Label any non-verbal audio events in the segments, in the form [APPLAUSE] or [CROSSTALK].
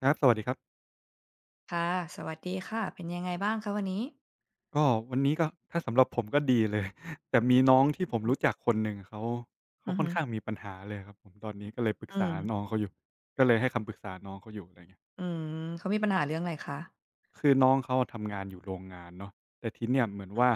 ครับสวัสดีครับค่ะ สวัสดีค่ะ เป็นยังไงบ้างคะวันนี้ก็วันนี้ก็ถ้าสำหรับผมก็ดีเลย [LAUGHS] แต่มีน้องที่ผมรู้จักคนหนึ่งเขาอือค่อฮึนข้างมีปัญหาเลยครับผมตอนนี้ก็เลยปรึกอืษาน้อมงเขาอยู่ก็เลยให้คำปรึกษาน้องเขาอยู่อะไรเงี้ยอืมเขามีปัญหาเรื่องอะไรคะคือน้องเขาอะทำงานอยู่โรงงานเนาะแต่ทีเนี่ยเหมือนว่า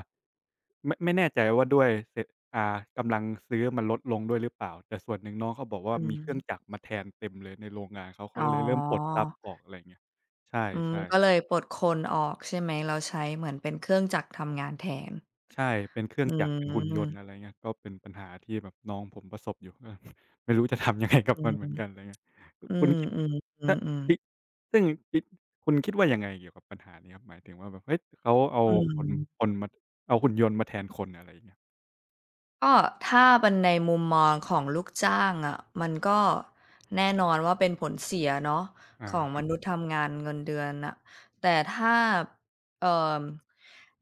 ไม่แน่ใจว่าด้วยเศรษอ่ากำลังซื้อมันลดลงด้วยหรือเปล่าแต่ส่วนหนึ่งน้องเขาบอกอืว่ามีเครื่องจักมรมาแทนเต็มเลยในโรงงานเขาอ๋อเลยเริ่มปลดทรัพย์ออกอะไรเงี้ยใอืมช่ก็เลๆ ยปลดคนออกใช่ไหมแล้วใช้เหมือนเป็นเครื่องจักรทำงานแทนใช่ เป็นเครื่ออืงจักรเป็นหุ่นยนต์อะมไรเงี้ยก็เป็นปัญหาที่แบบน้องผมประสบอยู่ ก็ [LAUGHS] ไม่รู้จะทำยังไงกับอืมันเหมือนกันอะมไรเงี้ยอืคุณมคิดอืถ้าอๆคิดๆๆซึ่งคิดคุณคิดว่ายังไงเกี่ยวกับปัญหานี้ครับ หมายถึงว่าแบบเฮ้ยเขาเอาอืคนคม นมาเอาหุ่นยนต์มาแทนคนอะไรอย่างเงี้ยก็ถ้าเป็นในมุมมองของลูกจ้างอะมันก็แน่นอนว่าเป็นผลเสียเนาะอาของคมรันุบษย์ทำงานเงินเดือนน่ะแต่ถ้าเอ่อ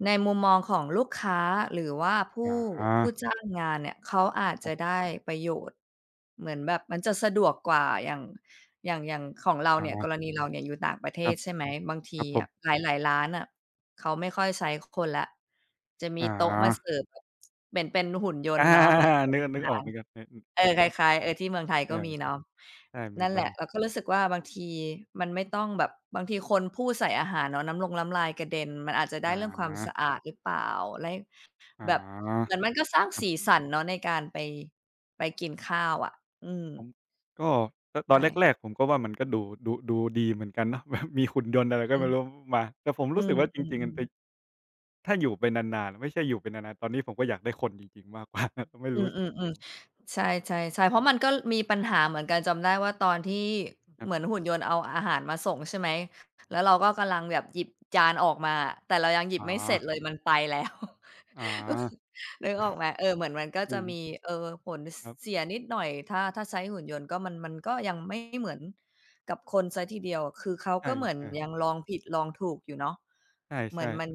ในมุมมองของลูกค้าหรือว่าผู้อาผู้จ้างงานเนี่ยเขาอาจครัจะบได้ประโยชน์เหมือนแบบมันจะสะดวกกว่าอย่างอย่างของเราอาเนี่ยกรณีเราเนี่ยอยู่ต่างประเทครัศบใช่ไหมบางคทีรับผมอะหลายๆร้านอะ เขาไม่ค่อยใช้คนแล้วจะอมีโต๊ะมาา เสิร์ฟแบบเหมือนเป็นหุ่นย [LAUGHS] นอาต์เนาะมาเสิร์ฟนึกอานึกอหาอกรนึกออกนึกเอนึอกคนึกล้ายๆเออที่เมืองไทยก็ใช่มีเนาะๆใช่มีนั่นแหบ้าละงเราก็รู้สึกว่าบางทีมันไม่ต้องแบบบางทีคนพูดใส่อาหารเนาะน้ำลงน้ำลายกระเด็นมันอาจจะอได้เรื่องความสะาอาดหรือเปล่าและอแบบเหมืา อนมันก็สร้างสีสันเนาะในการไปไปกินข้าวอะอืมผมก็ตอนใช่แรกๆผมก็ว่ามันก็ดูดีเหมือนกันเนาะ [LAUGHS] แบบมีหุ่นยนต์อะไรก็อือไม่รู้มาแต่ผมอืรู้สึมกว่าจริงๆมันไปๆๆ ถ้าอยู่ไปนานๆไม่ใช่อยู่ไปนานๆตอนนี้ผมก็อยากได้คนจริงๆมากกว่า [LAUGHS] ไม่อืรู้มอืมๆๆใช่ๆๆเพราะมันก็มีปัญหาเหมือนกันจำได้ว่าตอนที่ครัเหมือนบหุ่นยนต์เอาอาหารมาส่งใช่ไหมแล้วเราก็กำลังแบบหยิบจานออกมาอะแต่เรายังหยิบอ๋อไม่เสร็จเลยมันไปแล้ว อ๋อ [LAUGHS] นึกออกไหมเออเหมือนมันก็จจะริงมีเออผลสครัเสีบยนิดหน่อยถ้าใช้หุ่นยนต์ก็มันก็ยังไม่เหมือนกับคนเสียทีเดียวคือเขาใชก็เหมือน่ยังๆลองผิดลองถูกอยู่เนาะเหมือใช่นมัน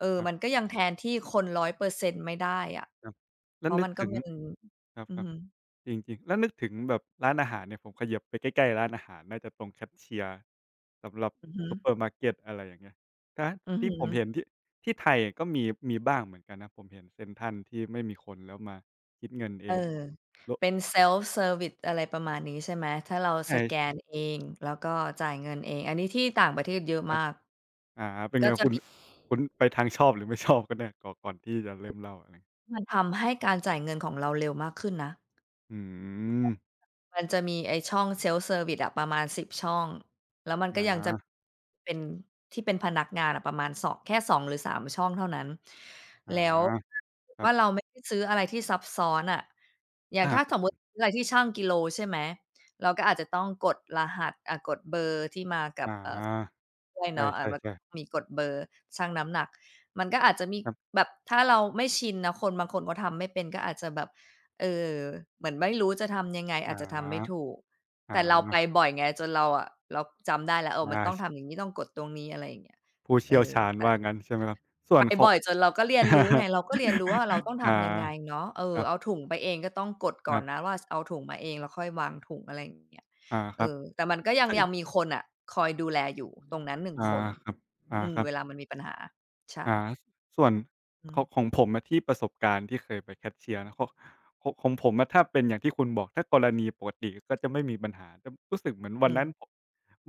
เอๆอครับมันก็ยังแทนที่คนร้อยเปอร์เซ็นต์ไม่ได้อะครับเพแล้วราะนึมักนก็ถึง เป็นครับอืคอรับฮึจริงๆแล้วนึกถึงแบบร้านอาหารเนี่ยผมเขยิบไปใกล้ๆร้านอาหารน่าจะตรงแคชเชียร์สำหรับอือฮึซูเปอร์มาร์เกตอะไรอย่างเงี้ยถ้าอือที่ฮึผมเห็นที่ไทยก็มีมีบ้างเหมือนกันนะผมเห็นเซ็นทรัลที่ไม่มีคนแล้วมาคิดเงินเอเอองโละเป็นเซลฟ์เซอร์วิอะไรประมาณนี้ใช่ไหมถ้าเราสใช่แกนเองแล้วก็จ่ายเงินเองอันนี้ที่ต่างประเทศเยอะครัมาบก อ่าเป็นไงคุณคุณไปทางชอบหรือไม่ชอบกันแน่ก่อนที่จะเริ่มเล่าอะไรมันทำให้การจ่ายเงินของเราเร็วมากขึ้นนะ อืมมันจะมีไอ้ช่อง self service อะประมาณ10ช่อง แล้วมันก็ยังอาจะเป็นที่เป็นพนักงานอะประมาณสองแค่2หรือ3ช่องเท่านั้น อาแล้วถ้าเกิดครัว่าเราบไม่ได้ซื้ออะไรที่ซับซ้อนน่ะอย่างอาถ้าก็สมจมุริติงซื้ออะไรที่ชั่งกิโลใช่ไหม เราก็อาจจะต้องกดรหัสอ่ากดเบอร์ที่มากับอาด้วยใชเนาะอ่ามัน่ๆๆมีกดเบอร์ชั่งน้ำหนักมันก็อาจจะมีครับแบบถ้าเราไม่ชินนะคนบางคนเขาทำไม่เป็นก็อาจจะแบบ เออเหมือนไม่รู้จะทำยังไงออาจจะทำไม่าถูกอแต่เราไปาบ่อยไงจนเราอะเราจำได้แล้วเออมันต้อา องทำอย่างงี้ต้องกดตรงนี้อะไรอย่างเงี้ยผู้เอเชี่ยวอชาญแต่ว่างั้นใช่ไหมครับ ส่ไปวนขอบ่ง อยจนเราก็เรียนรู้ไงเราก็เรียนรู้ว่าเราต้อง [LAUGHS] อาทำยังไงเนาะเออครัเอาบถุงไปเองก็ต้องกดคก่อนรันะบว่าสเอาถุงมาเองแล้วค่อยวางถุงอะไรอย่างเงี้ยอาคเอรับอแต่มันก็ยังมีใช่คนน่ะคอยดูแลอยู่ตรงนั้นหนึ่งอาคนครับอาอืมครับเวลามันมีปัญหาใช่อาส่วนอืขมองของผมอะที่ประสบการณ์ที่เคยไปแคชเชียร์นะของผมอะถ้าเป็นอย่างที่คุณบอกถ้ากรณีปกติก็จะไม่มีปัญหาจะรู้สึกเหมือนอืวันมนั้น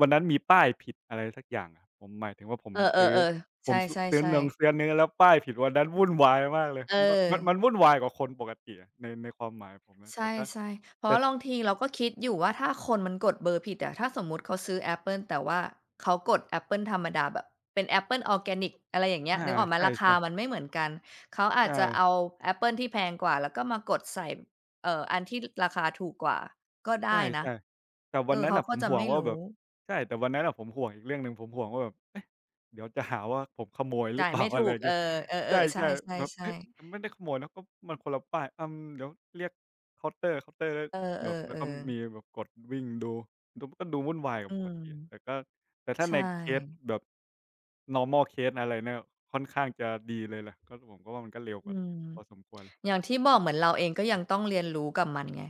วันนั้นมีป้ายผิดอะไรสักอย่างอะผมหมายถึงว่าผมเอซื้ออๆๆผใชมซซื้อ่นงๆซื้อๆเนื้อแล้วป้ายผิดวันนั้นวุ่นวายมากเลยเออ มันวุ่นวายกว่าคนปกติอะในความหมายผมนะใชแต่ก็ ่ๆเพราะแต่บางทีเราก็คิดอยู่ว่าถ้าคนมันกดเบอร์ผิดอะถ้าสมมุติเขาซื้อแอปเปิลแต่ว่าเขากดแอปเปิลธรรมดาแบบเป็นแอปเปิลออร์แกนิกอะไรอย่างเงี้ยอานึกออกไหมใช่ราคามัๆนไม่เหมือนกันเขาอาจจะเอาใช่แอปเปิลที่แพงกว่าแล้วก็มากดใส่อันที่ราคาถูกกว่าก็ได้นะใช่ๆแต่เอวันอนั้นเขาน่ะผก็มจะห่วงไม่ว่าแบรู้บใช่แต่วันนั้นน่ะผมห่วงอีกเรื่องหนึ่งผมห่วงว่าแบบเอ๊ะเดี๋ยวจะหาว่าผมขโมยหรือจ่ายเปล่า ไม่ [LAUGHS] อะถูไรกอย่างเออเงี้ยเอใชอๆใช่ๆแบบ่เฮ้ยๆๆมันไม่ได้ขโมยนะก็มันคนละป้ายอืมเดี๋ยวเรียกเคาน์เตอร์ก็เอแบบแล้วก็อๆมีๆแบบกดวิ่งดูก็ดูวุ่นวายกอืว่าปกมติแต่ก็แต่ถ้าในใช่เคสแบบ normal case อะไรเนี่ยค่อนข้างจะดีเลยแหละก็ผมก็ว่ามันก็เร็วกอืว่าม พอสมควรเลยอย่างที่บอกเหมือนเราเองก็คยัรังต้อบงเรียนรู้กับมันไง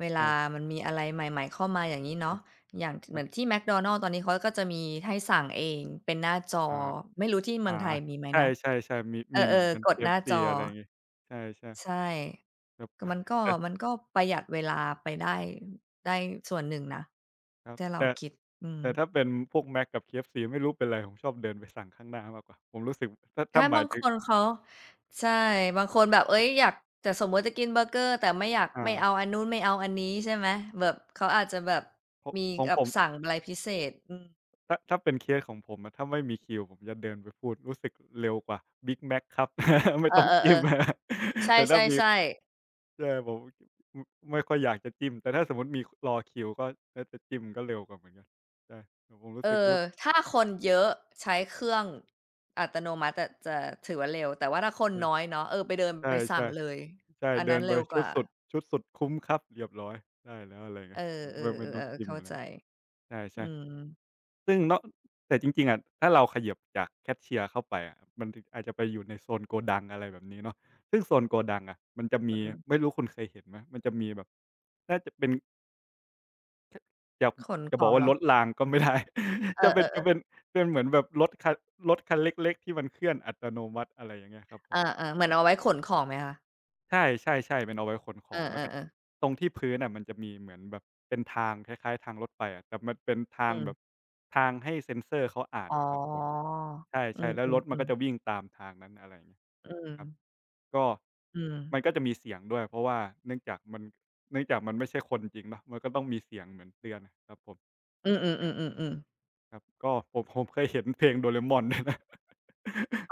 เวลาใช่มันมีอะไรใหม่ๆเข้ามาอย่างนี้ครัเนาะบอย่างคเหรัมือนบที่ McDonald's ตอนนี้เขาก็จะมีให้สั่งเองเป็นหน้าจอ อา ไม่รู้ที่เมือาองไทยมีไหมใชนะ ่ๆๆมีเอมีเหมือนอกัน ๆกดหน้าจ KFC อ อะไรอย่างงี้ใช่ใช่ๆครับ ก็มัน [LAUGHS] ก็แต่มันก็ประหยัดเวลาไปได้ได้ส่วนหนึ่งนะครับถ้าเราแต่คิดอืม แต่ถ้าเป็นพวก Mac กับ KFC ไม่รู้เป็นไรผมชอบเดินไปสั่งข้างหน้ามากกว่าผมรู้สึกถ้าใช่ถ้าหมาบายงคถึงนเขาใช่บางคนแบบเฮ้ยอยากแต่สมมุติจะกินเบอร์เกอร์แต่ไม่อยากอ่าไม่เอาอันนู้นไม่เอาอันนี้ใช่ไหมแบบเขาอาจจะแบบขมีของแบผบมสั่งอะไรพิเศษอืมถ้าถ้าเป็นเคสของผมอะถ้าไม่มีคิวผมจะเดินไปพูดรู้สึกเร็วกว่า "Big Mac ครับ [LAUGHS] ไม่เอต้องจิ้ม อๆๆใ [LAUGHS] แต่ถ้ามีช่ๆๆใช่ผมมไม่ค่อยอยากจะจิ้มแต่ถ้าสมมุติมีรอคิวก็ก็จะจิ้มก็เร็วกว่าเหมือนกันใช่ผมรู้เอสึกอด้วยถ้าคนเยอะใช้เครื่องอัตโนมัติอะจะถือว่าเร็วแต่ว่าถ้าคนน้อยเนาะเออไปเดินไปใช่สั่ใช่งเลยๆ ใช่อันเดินั้นนไปเร็วกว่าชุดสุดคุ้มครับเรียบร้อยได้แล้วอะไรเอเงี้ยอๆๆไม่ต้เอองอจิ้มเข้าอะไรใจใอืช่มๆซึ่งเนาะแต่จริงๆอะถ้าเราเขยิบจากแคชเชียร์เข้าไปอะมันถึงอาจจะไปอยู่ในโซนโกดังอะไรแบบนี้เนาะซึ่งโซนโกดังอะมันจะมีอือไม่รู้คุณเคยเห็นไหมมันจะมีแบบน่าจะเป็นจะๆขนจะขบออกงเหว่ารอรถรางก็ไม่ได้ เอ [LAUGHS] จะเป็นจะอเป็นๆเป็นเหมือนแบบรถคันเล็กๆที่มันเคลื่อนอัตโนมัติอะไรอย่างเงี้ยครับผๆม อาๆเหมือนเอาไว้ขนของไหมคะ ใช่ๆๆเป็นเอาไว้ขนขเอองมันก็อๆๆตรงที่พื้นอะมันจะมีเหมือนแบบเป็นทางคล้ายๆทางรถไฟอะแต่มันเป็นทางอืแบบมทางให้เซ็นเซอร์เขาอ่านอ๋อน่ะครับผมใอืช่ๆแล้วรถมันมก็ๆจะๆวิ่งตามทางนั้นอะไรอย่างเงี้ยอืมครับก็อืมมันก็จะมีเสียงด้วยเพราะว่าเนื่องจากมันเนื่องจากมันไม่ใช่คนจริงเนาะมันก็ต้องมีเสียงเหมือนเตือนนะครับผมอือย่างอๆๆๆๆครับก็ผมเคยเห็นเพลงโดเรม่อนด้วยนะ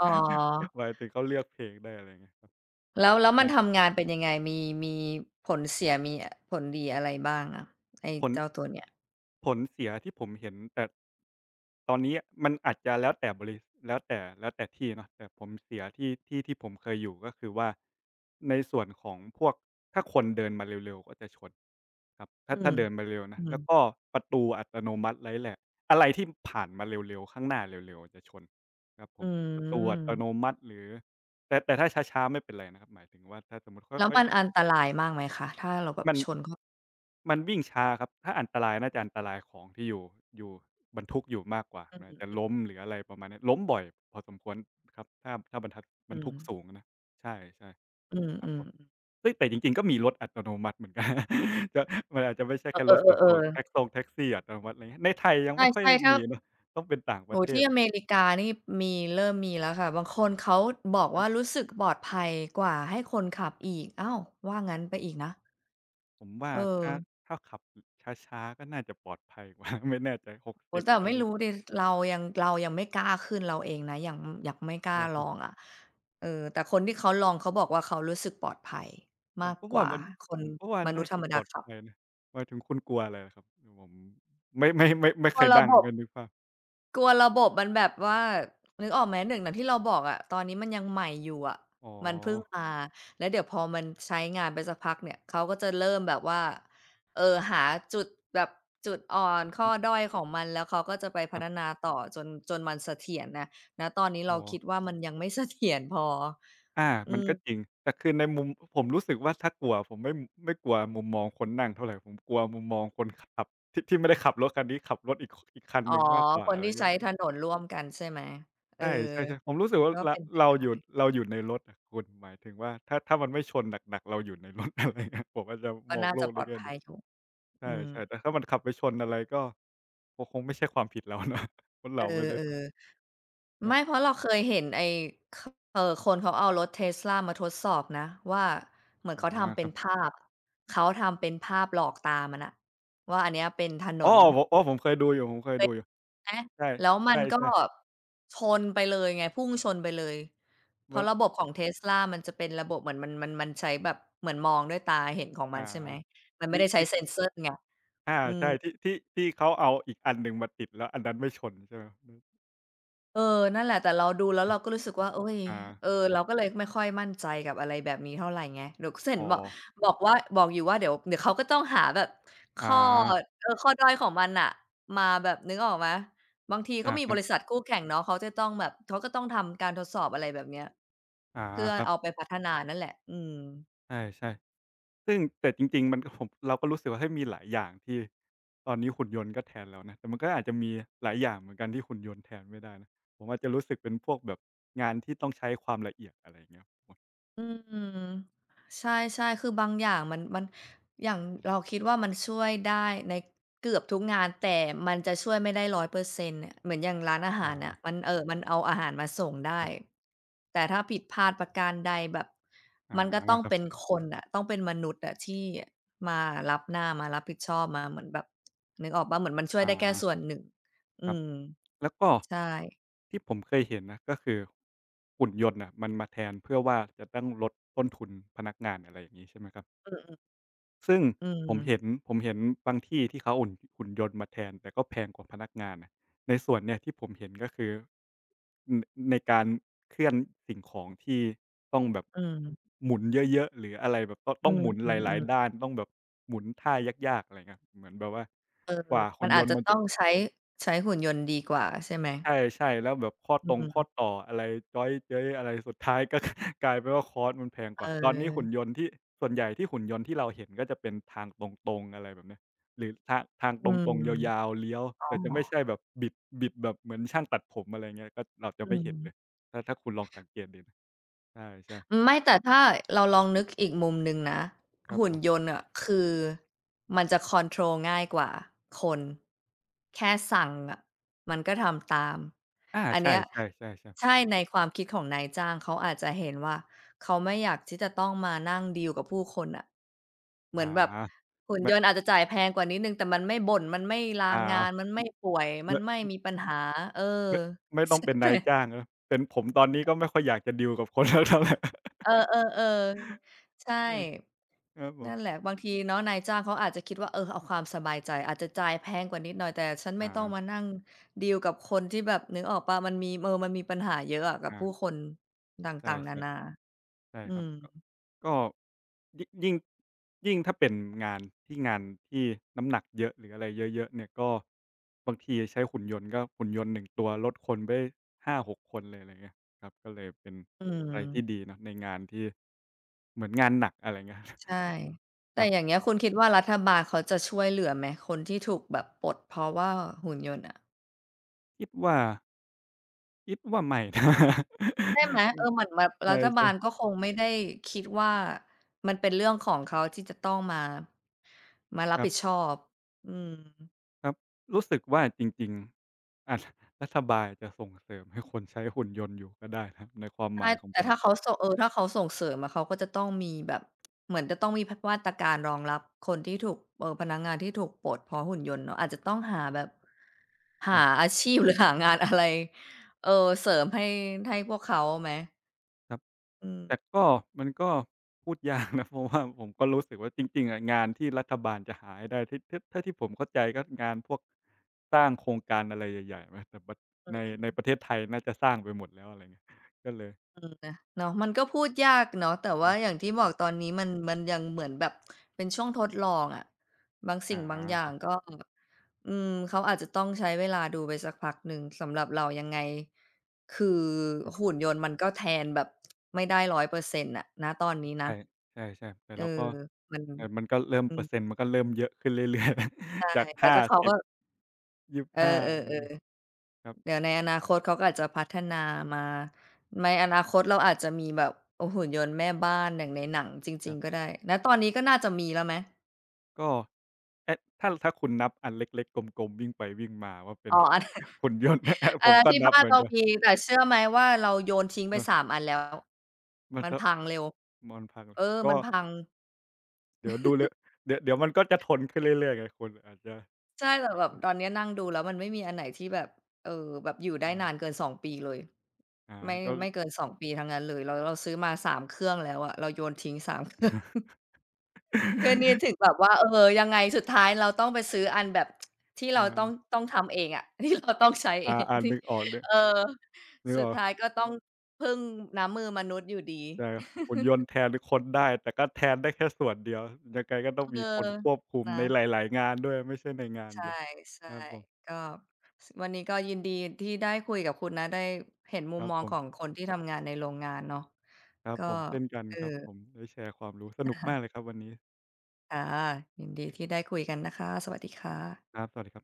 อ๋อ หมายถึงเขาเลือกเพลงได้อะไรอย่างเงี้ยครับแล้วแล้วมันใช่ทำงานเป็นยังไงมีมีผลเสียมีอผลดีอะไรบ้างอะไอ้ผล เจ้าตัวเนี้ยผลเสียที่ผมเห็นแต่ตอนนี้มันอาจจะแล้วแต่บริแล้วแต่ที่เนาะแต่ผมเสียที่ผมเคยอยู่ก็คือว่าในส่วนของพวกถ้าคนเดินมาเร็วๆก็จะชนครับอืถ้ามเดินมาเร็วอืนะมแล้วก็ประตูอัตโนมัติไรแหละอะไรที่ผ่านมาเร็วๆข้างหน้าเร็วๆจะชนครับผอืมประตูอัมตโนมัติหรือแต่ถ้าช้าๆไม่เป็นไรนะครับหมายถึงว่าถ้าสมมุติแล้วค่อยมันอันตรายมากไหมคะถ้าเราแบๆบมัน ชนเข้ามันวิ่งช้าครับ ถ้าอันตรายน่าจะอันตรายของที่อยู่อยู่บรรทุกอยู่มากกว่าอืมันอาจจะมล้มหรืออะไรประมาณเนี้ยล้มบ่อยพอสมควรครับถ้าบรรทัดบรอืรทุมกสูงอะนะใช่อืๆครับผมมๆเฮ้ยแต่จริงๆก็มีรถอัตโนมัติเหมือนกัน [LAUGHS] จะมันอาจจะไม่ใช่ๆแค่เอรถส่วนอตัวๆๆแท็ๆกซงแท็กซี่อัตโนมัติอะไรเงี้ยในไทยยังใชไม่ค่อย่ๆถ้า มีเนาะต้องเป็นต่างปโอ้ระโฮเทศที่อนะเมริกานี่มีเริ่มมีแล้วค่ะบางคนเขาบอกครัว่าบรู้สึกปลอดภัยกว่าให้คนขับอีกอ้าวว่างั้นไปอีกนะผมว่าเออถ้าขับช้าๆก็น่าจะปลอดภัยกว่า [LAUGHS] ไม่แน่ใจหกโอ้สิโฮบแต่อะไม่ไรรู้ดิเรายังเรายังไม่กล้าขึ้นเราเองนะยังยังไม่กล้าเออลคอรับ งอะเออแต่คนที่เขาลองเขาบอกว่าเขารู้สึกปลอดภัยผมามกก็กว่าว่ามันคนผมก็ว่ามนุษน่าย์ธรจะรมปดาลอดขัภัยบนะหมายถึงคุณกลัวอะไรเหรอครับคือผมไม่พเคอยระดั่งบเหมือบ นกันึกภาพกลัวระบบมันแบบว่านึกออกไหม1อย่างที่เราบอกอะตอนนี้มันยังใหม่อยู่อะอ๋อมันเพิ่งมาแล้วเดี๋ยวพอมันใช้งานไปสักพักเนี่ยเขาก็จะเริ่มแบบว่าหาจุดแบบจุดอ่อนข้ออือด้อยของมันแล้วเขาก็จะไปคพัรัฒบนาต่อจนจนมันเสถียรน่ะณตอนนี้เราอ๋อคิดว่ามันยังไม่เสถียรพออามัอืนก็จมริงแต่คือในมุมผมรู้สึกว่าถ้ากลัวผมไม่กลัวมุมมองคนนั่งเท่าไรผมกลัวมุมมองคนขับที่ไม่ได้ขับรถคันนี้ขับรถอีกคอีกคันอ๋อหนึ่งมากกว่าคนอะไรที่ใช้ถเงี้ยนนร่วมกันใช่ไหมเออใช่ใช่ใช่ๆผมรู้สึกว่าก็รเป็นไปเราอยู่ในรถอะคุณหมายถึงว่าถ้ามันไม่ชนหนักๆเราอยู่ในรถ [LAUGHS] อะไรเงี้ยผมอาจจะก็มองน่าโลจะกปในลอดแง่ภัดี ยอยู่ใช่อืมๆแต่ถ้ามันขับไปชนอะไรก็ก็คงไม่ใช่ความผิดเราเนาะ [LAUGHS] คนเออเราไม่ได้ทำๆ ครัไม่เพบราะเราเคยเห็นไอ้คคนเขาเอารถ Tesla มาทดสอบนะว่าเหมือนอาเขาทำเป็คนรับภาพเขาทำเป็นภาพหลอกตามันน่ะว่าอันเนี้ยเป็นถนอ้อนผมอ้อผมเคยดูอยู่อาใช่แล้วใชมันก็่ชนไปเลยไงพุ่งชนไปเลยเพๆมัราะนระบบของ Tesla มันจะเป็นระบบเหมือนมันใช้แบบเหมือนมองด้วยตาเห็นของมันอาใช่ไหมมันไม่ที่ได้ใช้ที่เซ็นเซอร์ไงอาอืม ใช่ที่เขาเอาอีกอันหนึ่งมาติดแล้วอันนั้นไม่ชนใช่ไหมเออนั่นแหละแต่เราดูแล้วอเราก็รู้สึกว่าเฮ้ยออาเออเราก็เลยไม่ค่อยมั่นใจกับอะไรแบบนี้เท่าไรไงเดี๋ยวเห็นอ๋อบอกบอกว่าบอกอยู่ว่าเดี๋ยวเดี๋ยวเขาก็ต้องหาแบบอาข้อเออข้อด้อยของมันน่ะมาแบบนึกออกไหมบางทีก็อามีคบรับริษัทคู่แข่งเนาะเขาจะต้องแบบเขาก็ต้องทำการทดสอบอะไรแบบเนี้ยอาเพื่อครับเอาไปพัฒนานั่นแหละอืม ใช่ๆ ซึ่งแต่จริงๆมัน [LAUGHS] ผมเราก็รู้สึกว่าเฮ้ยมีหลายอย่างที่ตอนนี้หุ่นยนต์ก็แทนเรานะแต่มันก็อาจจะมีหลายอย่างเหมือนกันที่หุ่นยนต์แทนไม่ได้นะผมอาจจะรู้สึกเป็นพวกแบบงานที่ต้องใช้ความละเอียดอะไรอย่างเงี้ยผมอืมใช่ใช่คือบางอย่างมันอย่างเราคิดว่ามันช่วยได้ในเกือบทุกงานแต่มันจะช่วยไม่ได้100%เปอร์เซ็นต์เนี่ยเหมือนอย่างร้านอาหารน่ะอามันมันเอาอาหารมาส่งได้ครับแต่ถ้าผิดพลาดประการใดแบบอามันก็ต้องครัเป็นบคนน่ะต้องเป็นมนุษย์อะที่มารับหน้ามารับผิดชอบมาเหมือนแบบนึกออกเปล่าเหมือนมันช่วยได้แค่ส่อาวนหนึ่งคอืรับมแล้วก็ใช่ที่ผมเคยเห็นนะก็คือหุ่นยนต์น่ะมันมาแทนเพื่อว่าจะต้องลดต้นทุนพนักงานอะไรอย่างงี้ใช่ไหมครับ อือๆซึ่งอืผมเห็มนผมเห็นบางที่ที่เขาเอาหุ่นหุ่นยนต์มาแทนแต่ก็แพงกว่าพนักงานนะในส่วนเนี่ยที่ผมเห็นก็คืออในการเคลื่อนสิ่งของที่ต้องแบบอืมหมุนเยอะๆหรืออะไรแบบตอืต้องหมุนอหืลายๆๆ ด้านต้องแบบหมุนท่ายากๆอะไรเงี้ยเหมือนแบบว่าเอกอว่ามัหุ่นนยอาจนต์จะมันจะ ต้องใช้ใช้หุ่นยนต์ดีกว่าใช่ไหมใช่ๆแล้วแบบข้ออืตรงข้อมต่ออะไรจ๊อยเจ๊ยอะไรสุดท้ายก็ [LAUGHS] กลายเป็นว่าคอร์สมันแพงกว่าตอนนี้หุ่นเออยนต์ที่ส่วนใหญ่ที่หุ่นยนต์ที่เราเห็นก็จะเป็นทางตรงๆอะไรแบบเนี้ยหรือทางอืตรงๆยาวมๆเลี้ยวอ๋อแต่จะไม่ใช่แบบบิดแบบเหมือนช่างตัดผมอะไรเงี้ยก็เราจะอืไม่เห็นเลยม ถ้าคุณลองสังเกตดูนะใช่ๆไม่แต่ถ้าเราลองนึกอีกมุมหนึ่งนะครับหุ่ผนยมนต์อะคือมันจะคอนโทรลง่ายกว่าคนแค่สั่งอะมันก็ทำตามอาอันใช่เนี้ยๆๆๆใช่ในความคิดของนายจ้างเขาอาจจะเห็นว่าเขาไม่อยากที่จะต้องมานั่งดีลกับผู้คนน่ะเหมือาอนแบบหุ่นไม่ยนต์อาจจะจ่ายแพงกว่านิดหนึ่งแต่มันไม่บ่นมันไม่ลางาอานมันไม่ป่วยมันไม่ไม่มีปัญหาเออ ไม่ไม่ [LAUGHS] ต้องใช่เป็นไหม นายจ้างเนาะเป็นผมตอนนี้ก็ไม่ค่อยอยากจะดีลกับคนแล้วเท่าไร เ [LAUGHS] ออๆๆใช่เออครับผม นั่นแหละบางทีเนาะนายจ้างเขาอาจจะคิดว่าเออเอาความสบายใจอาจจะจ่ายแพงกว่านิดหน่อยแต่ฉันไม่ต้องอามานั่งดีลกับคนที่แบบนึกออกเปล่ามันมีเออมันมีปัญหาเยอะอะกับอาผู้คนตใช่่างๆนานาๆใช่อืครับมก็ก็ยิยิ่งถ้าเป็นงานงานที่น้ำหนักเยอะหรืออะไรเยอะๆเนี่ยก็บางทีใช้หุ่นยนต์ก็หุ่นยนต์1ตัวลดคนไปได้5-6คนเลยอะไรเงี้ยครับก็เลยเป็นอืมอะไรที่ดีเนาะในงานที่เหมือนงานหนักอะไรเงี้ย [LAUGHS] ใช่คแต่รัอย่างบเงี้ยคุณคิดว่ารัฐบาลเขาจะช่วยเหลือไหมคนที่ถูกแบบปลดเพราะว่าหุ่นยนต์อะ คิดว่าคิดว่าไม่นะ ใช่ไหม [LAUGHS] อืเอมอเหมือนแบบใรัฐช่บาลก็ๆคงไม่ได้คิดว่ามันเป็นเรื่องของเขาที่จะต้องมามารัคบรัผิดชบ อบอืมครับรู้สึกว่าจริงๆอาจ [LAUGHS] รัฐบาลจะส่งเสริมให้คนใช้หุ่นยนต์อยู่ก็ได้นะครับในความหใช่มายของผแต่มถ้าเขาสงถ้าเขาส่งเสริมอะเขาก็จะต้องมีแบบเหมือนจะต้องมีพมาตรการรองรับคนที่ถูกพนักงานที่ถูกปลดเพราะหุ่นยนต์เนาะอาจจะต้องหาแบบครัหาบอาชีพ [LAUGHS] หรือหางานอะไรเออเสริมให้ให้พวกเขาไหมครับอืม แต่ก็มันก็พูดยากนะ [LAUGHS] เพราะว่าผมก็รู้สึกว่าจริงๆอะงานที่รัฐบาลจะหาให้ได้ที่ถ้าที่ผมเข้าใจก็งานพวกสร้างโครงการอะไรใหญ่ๆไหมแต่บัดในในประเทศไทยน่าจะสร้างไปหมดแล้วอะไรเงี้ย [LAUGHS] ก็เลยอืมนะเนาะมันก็พูดยากเนาะแต่คว่ารัอย่าบงที่บอกตอนนี้มันยังเหมือนแบบเป็นช่วงทดลองอะบางสิ่อางบางอคย่างรับก็อืมเขาอาจจะต้องใช้เวลาดูไปสักพักหนึ่งสำหรับเรายังไงคืออืหุ่มนยนต์มันก็แทนแบบไม่ได้100%อยเปอร์เซ็นต์อะนะตอนนี้นะใช่ใช่ๆแต่เออเราก็มันแต่มันก็เริ่มอืเปอมร์เซ็นต์มันก็เริ่มเยอะขึ้นเรื่อยๆ [LAUGHS] แล้วใช่จากแต่ห้าถ้าเขาสิก็บ เออ25เลเอยอ ครัเดี๋ยบวในอนาคตเขาก็อาจจะพัฒนามาในอนาคตเราอาจจะมีแบบโอ้หุ่นยนต์แม่บ้านอย่างในหนังจคริงรัๆก็บได้ณตอนนี้ก็น่าจะมีแล้วไหมก็แอ๊ถ้าคุณนับอันเล็กๆกลมๆวิ่งไปวิ่งมาว่าเป็อ๋น อ [LAUGHS] อัน [LAUGHS] หุ่นยนต์ [LAUGHS] แอ๊อัผนมนั้นก็ที่นับบ้านเหมือนเรากันมีแต่เชื่อไหมว่าเราโยนทิ้งไปเออ3อันแล้วมันมันจะพังตเร็วมันพังเออก็มันพังเดี๋ยวดูเลยเดี๋ยวมันก็จะทนขึ้นเรื่อยๆไงคุณอาจจะใช่แต่แบบตอนเนี้ยนั่งดูแล้วมันไม่มีอันไหนที่แบบเออแบบอยู่ได้นาอานเกินสองปีเลยหาไม่ก็ ไม่เกินสองปีทั้งนั้นเลยแล้วเราซื้อมา3 เครื่องแล้วอะเราโยนทิ้ง3เครื่อง [LAUGHS] ก็นี่ถึงแบบว่าเออยังไงสุดท้ายเราต้องไปซื้ออันแบบที่เราต้องเออต้องทำเองอะ [LAUGHS] ที่เราต้องใช้เออางอาที่นึกออกเออนึกสุอดอกท้ายก็ต้องพึ่งน้ำมือมนุษย์อยู่ดีใช่ครับหุ่นยนต์แทนคนได้แต่ก็แทนได้แค่ส่วนเดียวยังไงก็ต้องเออมีคนควบคุมนะในหลายๆงานด้วยไม่ใช่ในงานใชเดียว่ครับผมๆก็สวันนี้ก็ยินดีที่ได้คุยกับคุณนะได้เห็นมุคมรับมอผงขม องคนที่ทำงานในโรงงานเนาะครับก็ผมเช่นกันเออครับผมได้แชร์ความรู้สนุกมากเลยครับวันนี้ค่ะยินดีที่ได้คุยกันนะคะสวัสดีค่ะครับสวัสดีครับ